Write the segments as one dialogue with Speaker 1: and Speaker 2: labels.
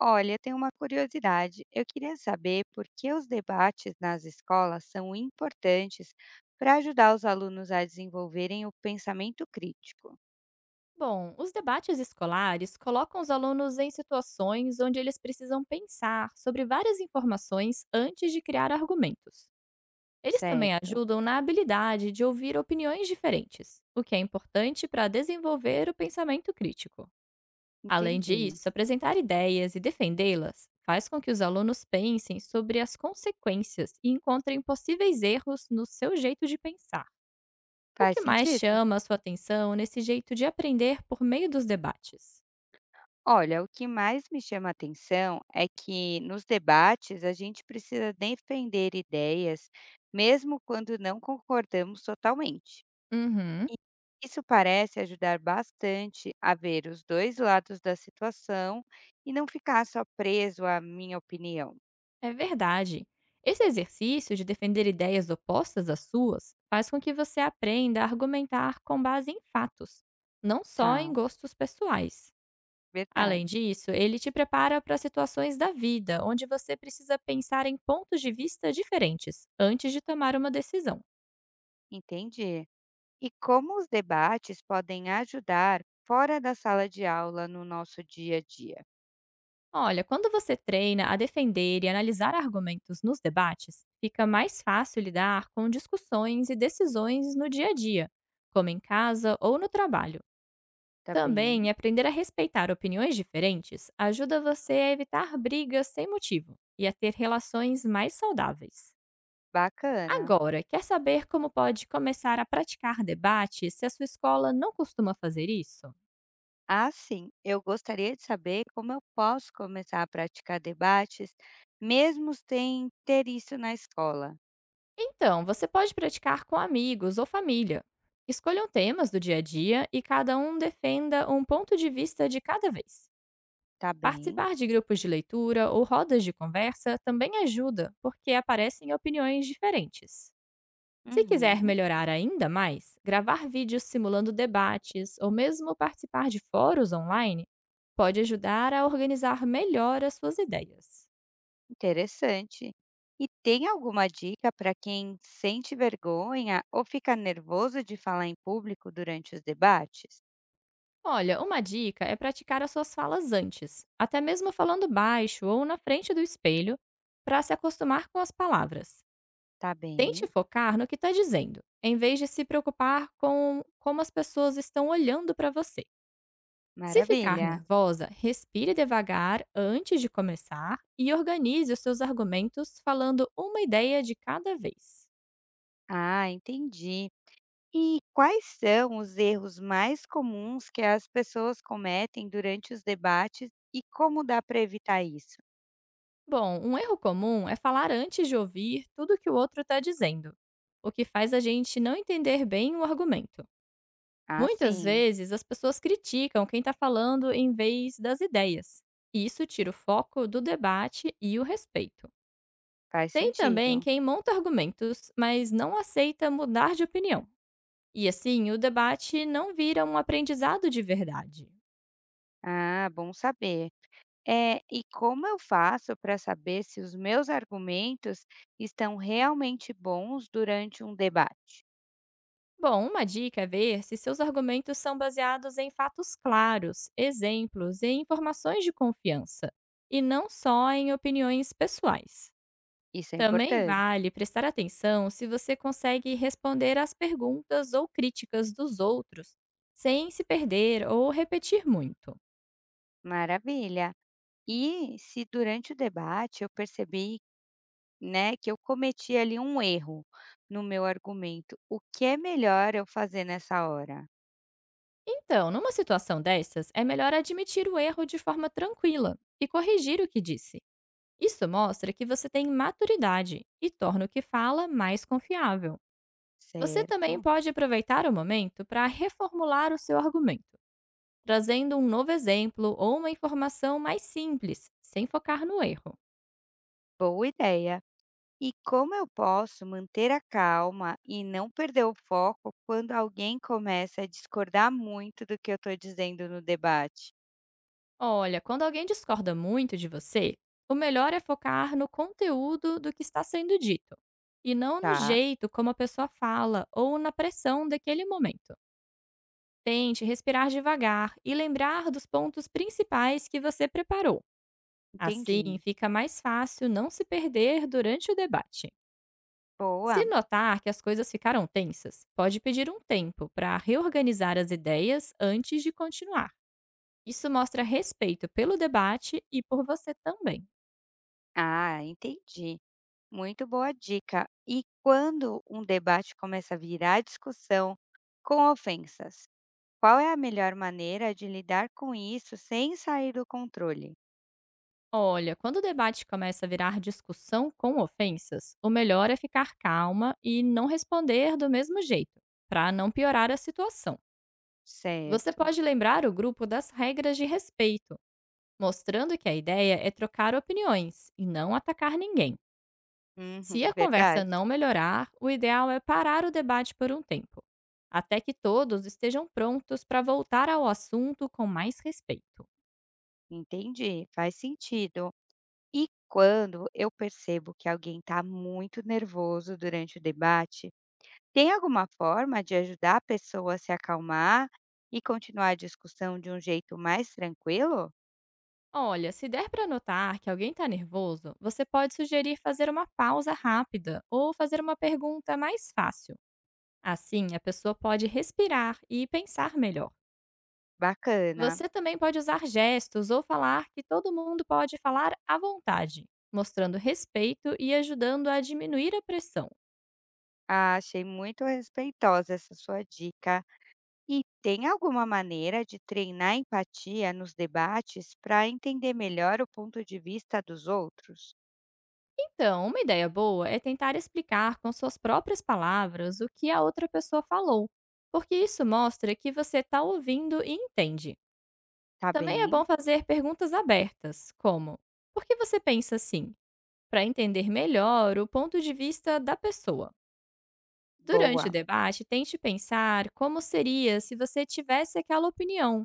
Speaker 1: Olha, eu tenho uma curiosidade. Eu queria saber por que os debates nas escolas são importantes para ajudar os alunos a desenvolverem o pensamento crítico.
Speaker 2: Bom, os debates escolares colocam os alunos em situações onde eles precisam pensar sobre várias informações antes de criar argumentos. Eles também
Speaker 1: Certo,
Speaker 2: ajudam na habilidade de ouvir opiniões diferentes, o que é importante para desenvolver o pensamento crítico. Além
Speaker 1: entendi.
Speaker 2: disso, apresentar ideias e defendê-las faz com que os alunos pensem sobre as consequências e encontrem possíveis erros no seu jeito de pensar. O
Speaker 1: Faz
Speaker 2: que mais
Speaker 1: sentido.
Speaker 2: chama a sua atenção nesse jeito de aprender por meio dos debates?
Speaker 1: Olha, o que mais me chama a atenção é que nos debates a gente precisa defender ideias, mesmo quando não concordamos totalmente.
Speaker 2: Uhum,
Speaker 1: E isso parece ajudar bastante a ver os 2 lados da situação e não ficar só preso à minha opinião.
Speaker 2: é verdade. Esse exercício de defender ideias opostas às suas faz com que você aprenda a argumentar com base em fatos, não só
Speaker 1: Tá,
Speaker 2: em gostos pessoais. Além
Speaker 1: verdade.
Speaker 2: disso, ele te prepara para situações da vida onde você precisa pensar em pontos de vista diferentes antes de tomar uma decisão.
Speaker 1: Entendi. E como os debates podem ajudar fora da sala de aula no nosso dia a dia?
Speaker 2: Olha, quando você treina a defender e analisar argumentos nos debates, fica mais fácil lidar com discussões e decisões no dia a dia, como em casa ou no trabalho.
Speaker 1: Tá bem,
Speaker 2: Também, aprender a respeitar opiniões diferentes ajuda você a evitar brigas sem motivo e a ter relações mais saudáveis.
Speaker 1: bacana.
Speaker 2: Agora, quer saber como pode começar a praticar debate se a sua escola não costuma fazer isso?
Speaker 1: Ah, sim, eu gostaria de saber como eu posso começar a praticar debates mesmo sem ter isso na escola.
Speaker 2: Então, você pode praticar com amigos ou família. Escolham temas do dia a dia e cada um defenda um ponto de vista de cada vez.
Speaker 1: Tá bem.
Speaker 2: Participar de grupos de leitura ou rodas de conversa também ajuda, porque aparecem opiniões diferentes. Se quiser
Speaker 1: Uhum.
Speaker 2: melhorar ainda mais, gravar vídeos simulando debates ou mesmo participar de fóruns online pode ajudar a organizar melhor as suas ideias.
Speaker 1: Interessante. E tem alguma dica para quem sente vergonha ou fica nervoso de falar em público durante os debates?
Speaker 2: Olha, uma dica é praticar as suas falas antes, até mesmo falando baixo ou na frente do espelho, para se acostumar com as palavras.
Speaker 1: Tá
Speaker 2: Tente
Speaker 1: bem,
Speaker 2: focar no que está dizendo, em vez de se preocupar com como as pessoas estão olhando para você. Se ficar
Speaker 1: maravilha.
Speaker 2: nervosa, respire devagar antes de começar e organize os seus argumentos falando uma ideia de cada vez.
Speaker 1: Ah, entendi. E quais são os erros mais comuns que as pessoas cometem durante os debates e como dá para evitar isso?
Speaker 2: Bom, um erro comum é falar antes de ouvir tudo que o outro está dizendo, o que faz a gente não entender bem o argumento.
Speaker 1: Ah,
Speaker 2: Muitas
Speaker 1: sim,
Speaker 2: vezes as pessoas criticam quem está falando em vez das ideias, e isso tira o foco do debate e o respeito.
Speaker 1: faz
Speaker 2: Tem também
Speaker 1: sentido.
Speaker 2: quem monta argumentos, mas não aceita mudar de opinião. E assim, o debate não vira um aprendizado de verdade.
Speaker 1: Ah, bom saber. É, e como eu faço para saber se os meus argumentos estão realmente bons durante um debate?
Speaker 2: Bom, uma dica é ver se seus argumentos são baseados em fatos claros, exemplos e informações de confiança, e não só em opiniões pessoais.
Speaker 1: Isso é
Speaker 2: Também
Speaker 1: importante.
Speaker 2: vale prestar atenção se você consegue responder às perguntas ou críticas dos outros, sem se perder ou repetir muito.
Speaker 1: Maravilha. E se durante o debate eu percebi, né, que eu cometi ali um erro no meu argumento, o que é melhor eu fazer nessa hora?
Speaker 2: Então, numa situação dessas, é melhor admitir o erro de forma tranquila e corrigir o que disse. Isso mostra que você tem maturidade e torna o que fala mais confiável. Você também
Speaker 1: Certo?
Speaker 2: pode aproveitar o momento para reformular o seu argumento, trazendo um novo exemplo ou uma informação mais simples, sem focar no erro.
Speaker 1: Boa ideia. E como eu posso manter a calma e não perder o foco quando alguém começa a discordar muito do que eu estou dizendo no debate?
Speaker 2: Olha, quando alguém discorda muito de você, o melhor é focar no conteúdo do que está sendo dito, e não no
Speaker 1: Tá,
Speaker 2: jeito como a pessoa fala ou na pressão daquele momento. Tente respirar devagar e lembrar dos pontos principais que você preparou. Assim,
Speaker 1: entendi.
Speaker 2: fica mais fácil não se perder durante o debate.
Speaker 1: Boa.
Speaker 2: Se notar que as coisas ficaram tensas, pode pedir um tempo para reorganizar as ideias antes de continuar. Isso mostra respeito pelo debate e por você também.
Speaker 1: Ah, entendi. Muito boa dica. E quando um debate começa a virar discussão com ofensas, qual é a melhor maneira de lidar com isso sem sair do controle?
Speaker 2: Olha, quando o debate começa a virar discussão com ofensas, o melhor é ficar calma e não responder do mesmo jeito, para não piorar a situação. Você
Speaker 1: Certo.
Speaker 2: pode lembrar o grupo das regras de respeito, mostrando que a ideia é trocar opiniões e não atacar ninguém.
Speaker 1: Uhum,
Speaker 2: Se a conversa
Speaker 1: verdade.
Speaker 2: não melhorar, o ideal é parar o debate por um tempo, até que todos estejam prontos para voltar ao assunto com mais respeito.
Speaker 1: Entendi. Faz sentido. E quando eu percebo que alguém está muito nervoso durante o debate, tem alguma forma de ajudar a pessoa a se acalmar e continuar a discussão de um jeito mais tranquilo?
Speaker 2: Olha, se der para notar que alguém está nervoso, você pode sugerir fazer uma pausa rápida ou fazer uma pergunta mais fácil. Assim, a pessoa pode respirar e pensar melhor.
Speaker 1: Bacana!
Speaker 2: Você também pode usar gestos ou falar que todo mundo pode falar à vontade, mostrando respeito e ajudando a diminuir a pressão.
Speaker 1: Ah, achei muito respeitosa essa sua dica. E tem alguma maneira de treinar a empatia nos debates para entender melhor o ponto de vista dos outros?
Speaker 2: Então, uma ideia boa é tentar explicar com suas próprias palavras o que a outra pessoa falou, porque isso mostra que você está ouvindo e entende.
Speaker 1: Tá
Speaker 2: Também é
Speaker 1: bem?
Speaker 2: bom fazer perguntas abertas, como: por que você pensa assim? Para entender melhor o ponto de vista da pessoa. Durante o
Speaker 1: Boa!
Speaker 2: debate, tente pensar como seria se você tivesse aquela opinião,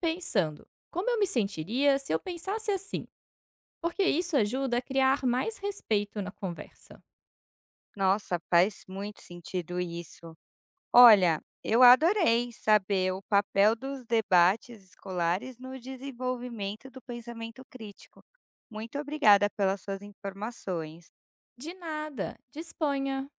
Speaker 2: pensando: como eu me sentiria se eu pensasse assim? Porque isso ajuda a criar mais respeito na conversa.
Speaker 1: Nossa, faz muito sentido isso. Olha, eu adorei saber o papel dos debates escolares no desenvolvimento do pensamento crítico. Muito obrigada pelas suas informações.
Speaker 2: De nada, disponha!